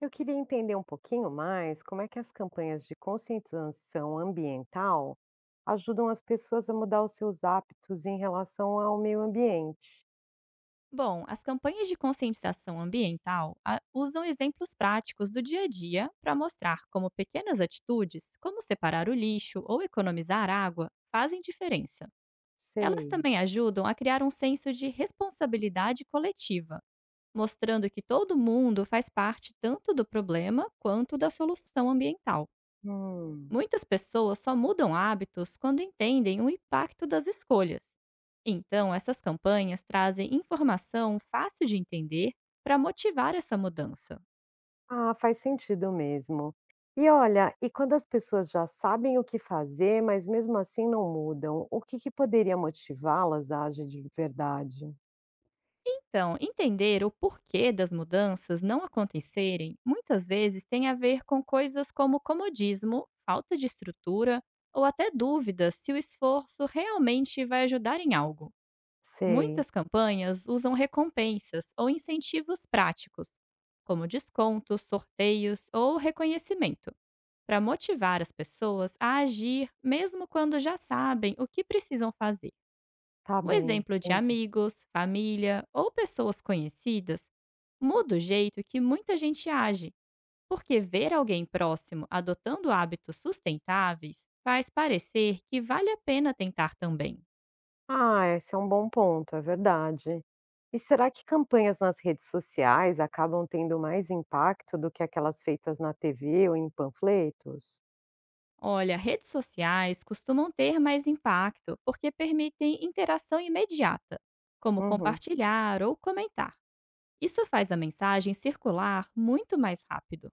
Eu queria entender um pouquinho mais como é que as campanhas de conscientização ambiental ajudam as pessoas a mudar os seus hábitos em relação ao meio ambiente. Bom, as campanhas de conscientização ambiental usam exemplos práticos do dia a dia para mostrar como pequenas atitudes, como separar o lixo ou economizar água, fazem diferença. Elas Sei. também ajudam a criar um senso de responsabilidade coletiva, mostrando que todo mundo faz parte tanto do problema quanto da solução ambiental. Hum. Muitas pessoas só mudam hábitos quando entendem o impacto das escolhas. Então, essas campanhas trazem informação fácil de entender para motivar essa mudança. Ah, faz sentido mesmo. E olha, e quando as pessoas já sabem o que fazer, mas mesmo assim não mudam, o que que poderia motivá-las a agir de verdade? Então, entender o porquê das mudanças não acontecerem muitas vezes tem a ver com coisas como comodismo, falta de estrutura ou até dúvidas se o esforço realmente vai ajudar em algo. Sei. Muitas campanhas usam recompensas ou incentivos práticos, como descontos, sorteios ou reconhecimento, para motivar as pessoas a agir mesmo quando já sabem o que precisam fazer. Tá O bem. exemplo de amigos, família ou pessoas conhecidas muda o jeito que muita gente age, porque ver alguém próximo adotando hábitos sustentáveis faz parecer que vale a pena tentar também. Ah, esse é um bom ponto, é verdade. E será que campanhas nas redes sociais acabam tendo mais impacto do que aquelas feitas na TV ou em panfletos? Olha, redes sociais costumam ter mais impacto porque permitem interação imediata, como Uhum, compartilhar ou comentar. Isso faz a mensagem circular muito mais rápido.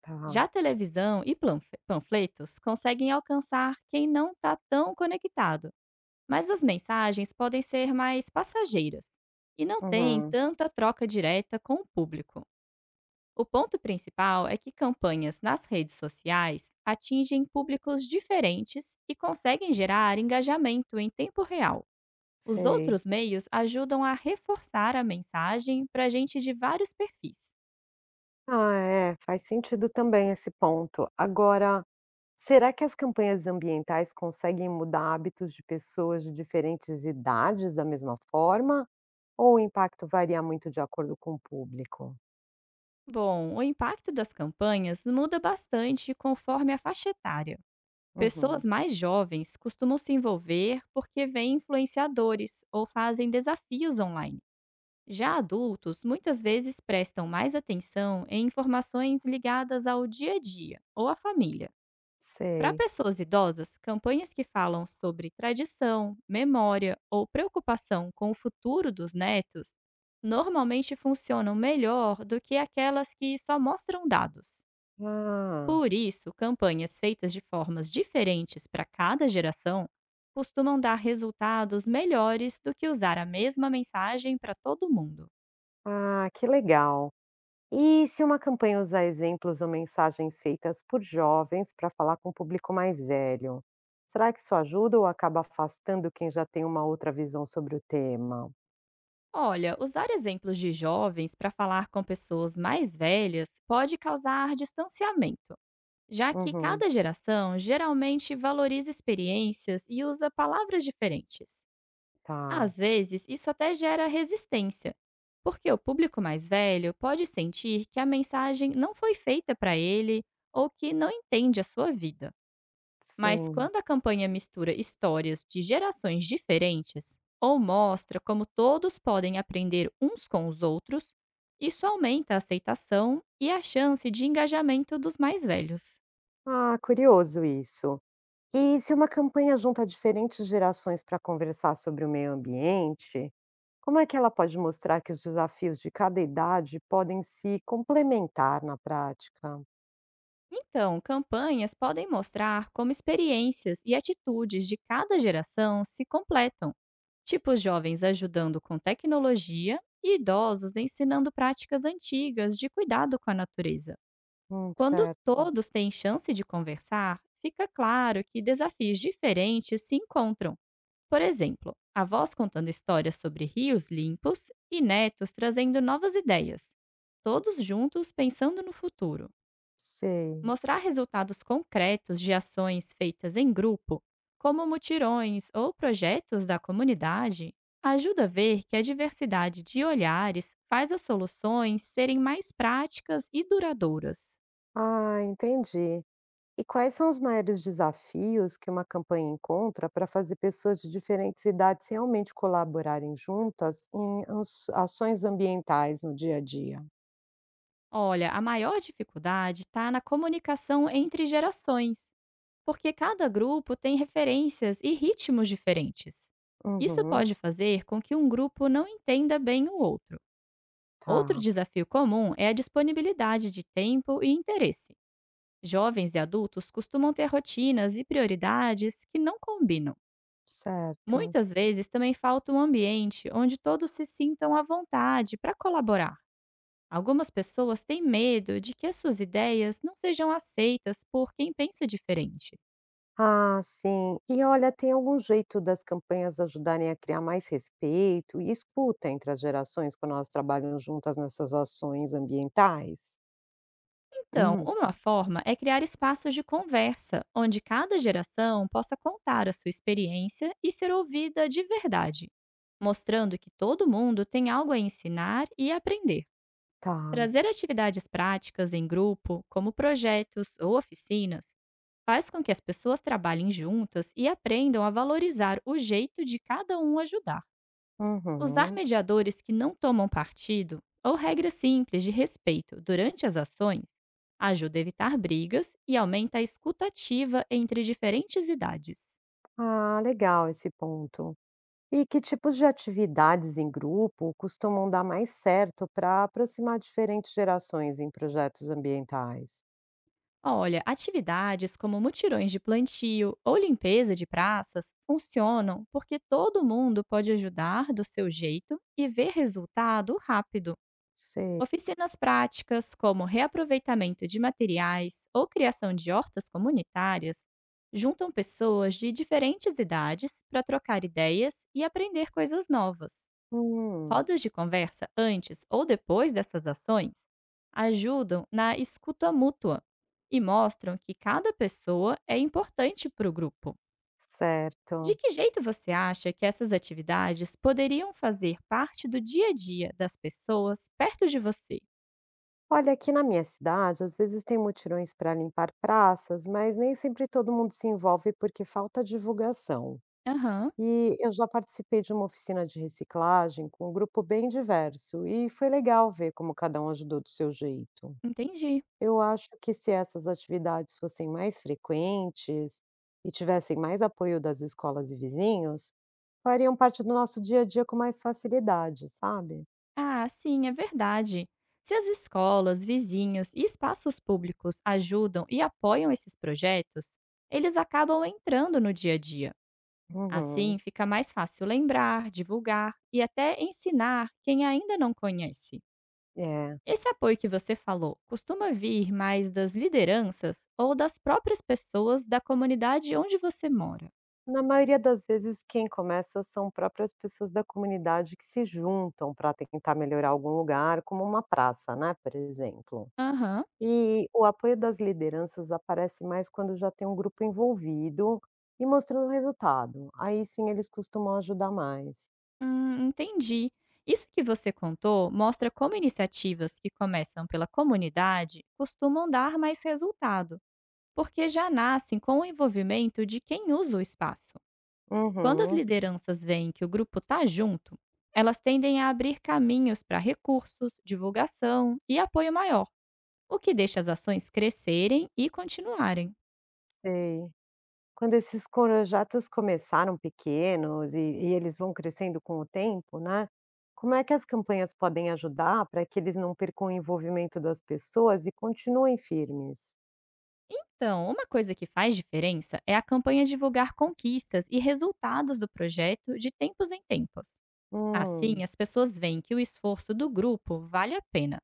tá. Já televisão e panfletos conseguem alcançar quem não está tão conectado, mas as mensagens podem ser mais passageiras e não têm Uhum, tanta troca direta com o público. O ponto principal é que campanhas nas redes sociais atingem públicos diferentes e conseguem gerar engajamento em tempo real. Os sei. outros meios ajudam a reforçar a mensagem para gente de vários perfis. Ah, é, faz sentido também esse ponto. Agora, será que as campanhas ambientais conseguem mudar hábitos de pessoas de diferentes idades da mesma forma? Ou o impacto varia muito de acordo com o público? Bom, o impacto das campanhas muda bastante conforme a faixa etária. Uhum, Pessoas mais jovens costumam se envolver porque veem influenciadores ou fazem desafios online. Já adultos muitas vezes prestam mais atenção em informações ligadas ao dia a dia ou à família. Para sei. pessoas idosas, campanhas que falam sobre tradição, memória ou preocupação com o futuro dos netos normalmente funcionam melhor do que aquelas que só mostram dados. Ah. Por isso, campanhas feitas de formas diferentes para cada geração costumam dar resultados melhores do que usar a mesma mensagem para todo mundo. Ah, que legal. E se uma campanha usar exemplos ou mensagens feitas por jovens para falar com o público mais velho? Será que isso ajuda ou acaba afastando quem já tem uma outra visão sobre o tema? Olha, usar exemplos de jovens para falar com pessoas mais velhas pode causar distanciamento, já que Uhum, cada geração geralmente valoriza experiências e usa palavras diferentes. tá, Às vezes, isso até gera resistência, porque o público mais velho pode sentir que a mensagem não foi feita para ele ou que não entende a sua vida. Mas sim. quando a campanha mistura histórias de gerações diferentes ou mostra como todos podem aprender uns com os outros, isso aumenta a aceitação e a chance de engajamento dos mais velhos. Ah, curioso isso. E se uma campanha junta diferentes gerações para conversar sobre o meio ambiente, como é que ela pode mostrar que os desafios de cada idade podem se complementar na prática? Então, campanhas podem mostrar como experiências e atitudes de cada geração se completam, tipo jovens ajudando com tecnologia e idosos ensinando práticas antigas de cuidado com a natureza. Quando Certo, todos têm chance de conversar, fica claro que desafios diferentes se encontram. Por exemplo, avós contando histórias sobre rios limpos e netos trazendo novas ideias, todos juntos pensando no futuro. sei. Mostrar resultados concretos de ações feitas em grupo, como mutirões ou projetos da comunidade, ajuda a ver que a diversidade de olhares faz as soluções serem mais práticas e duradouras. Ah, entendi. E quais são os maiores desafios que uma campanha encontra para fazer pessoas de diferentes idades realmente colaborarem juntas em ações ambientais no dia a dia? Olha, a maior dificuldade está na comunicação entre gerações, porque cada grupo tem referências e ritmos diferentes. Isso Uhum, pode fazer com que um grupo não entenda bem o outro. Outro tá, desafio comum é a disponibilidade de tempo e interesse. Jovens e adultos costumam ter rotinas e prioridades que não combinam. certo. Muitas vezes também falta um ambiente onde todos se sintam à vontade para colaborar. Algumas pessoas têm medo de que as suas ideias não sejam aceitas por quem pensa diferente. Ah, sim. E olha, tem algum jeito das campanhas ajudarem a criar mais respeito e escuta entre as gerações quando elas trabalham juntas nessas ações ambientais? Então, uma forma é criar espaços de conversa, onde cada geração possa contar a sua experiência e ser ouvida de verdade, mostrando que todo mundo tem algo a ensinar e aprender. Tá. Trazer atividades práticas em grupo, como projetos ou oficinas, faz com que as pessoas trabalhem juntas e aprendam a valorizar o jeito de cada um ajudar. Usar Uhum. mediadores que não tomam partido ou regras simples de respeito durante as ações ajuda a evitar brigas e aumenta a escutativa entre diferentes idades. Ah, legal esse ponto. E que tipos de atividades em grupo costumam dar mais certo para aproximar diferentes gerações em projetos ambientais? Olha, atividades como mutirões de plantio ou limpeza de praças funcionam porque todo mundo pode ajudar do seu jeito e ver resultado rápido. Sei. Oficinas práticas, como reaproveitamento de materiais ou criação de hortas comunitárias, juntam pessoas de diferentes idades para trocar ideias e aprender coisas novas. Hum, Rodas de conversa antes ou depois dessas ações ajudam na escuta mútua e mostram que cada pessoa é importante para o grupo. De certo. que jeito você acha que essas atividades poderiam fazer parte do dia a dia das pessoas perto de você? Olha, aqui na minha cidade, às vezes tem mutirões para limpar praças, mas nem sempre todo mundo se envolve porque falta divulgação. Aham. E eu já participei de uma oficina de reciclagem com um grupo bem diverso, e foi legal ver como cada um ajudou do seu jeito. Entendi. Eu acho que se essas atividades fossem mais frequentes e tivessem mais apoio das escolas e vizinhos, fariam parte do nosso dia a dia com mais facilidade, sabe? Ah, sim, é verdade. Se as escolas, vizinhos e espaços públicos ajudam e apoiam esses projetos, eles acabam entrando no dia a dia. Uhum. Assim, fica mais fácil lembrar, divulgar e até ensinar quem ainda não conhece. É. Esse apoio que você falou costuma vir mais das lideranças ou das próprias pessoas da comunidade onde você mora? Na maioria das vezes, quem começa são próprias pessoas da comunidade que se juntam para tentar melhorar algum lugar, como uma praça, né, por exemplo. Aham. E o apoio das lideranças aparece mais quando já tem um grupo envolvido e mostrando resultado. Aí sim eles costumam ajudar mais. Entendi. Isso que você contou mostra como iniciativas que começam pela comunidade costumam dar mais resultado, porque já nascem com o envolvimento de quem usa o espaço. Quando as Uhum, lideranças veem que o grupo está junto, elas tendem a abrir caminhos para recursos, divulgação e apoio maior, o que deixa as ações crescerem e continuarem. sei. Quando esses projetos começaram pequenos e eles vão crescendo com o tempo, né, como é que as campanhas podem ajudar para que eles não percam o envolvimento das pessoas e continuem firmes? Então, uma coisa que faz diferença é a campanha divulgar conquistas e resultados do projeto de tempos em tempos. Assim, Hum, as pessoas veem que o esforço do grupo vale a pena.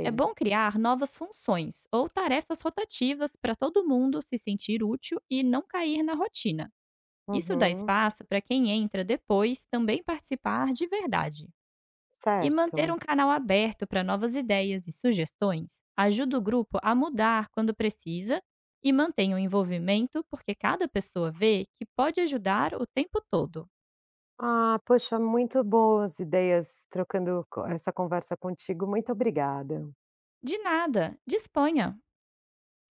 É bom criar novas funções ou tarefas rotativas para todo mundo se sentir útil e não cair na rotina. Isso dá Uhum, espaço para quem entra depois também participar de verdade. E manter certo. um canal aberto para novas ideias e sugestões ajuda o grupo a mudar quando precisa e mantém o envolvimento porque cada pessoa vê que pode ajudar o tempo todo. Ah, poxa, muito boas ideias trocando co essa conversa contigo, muito obrigada. De nada, disponha!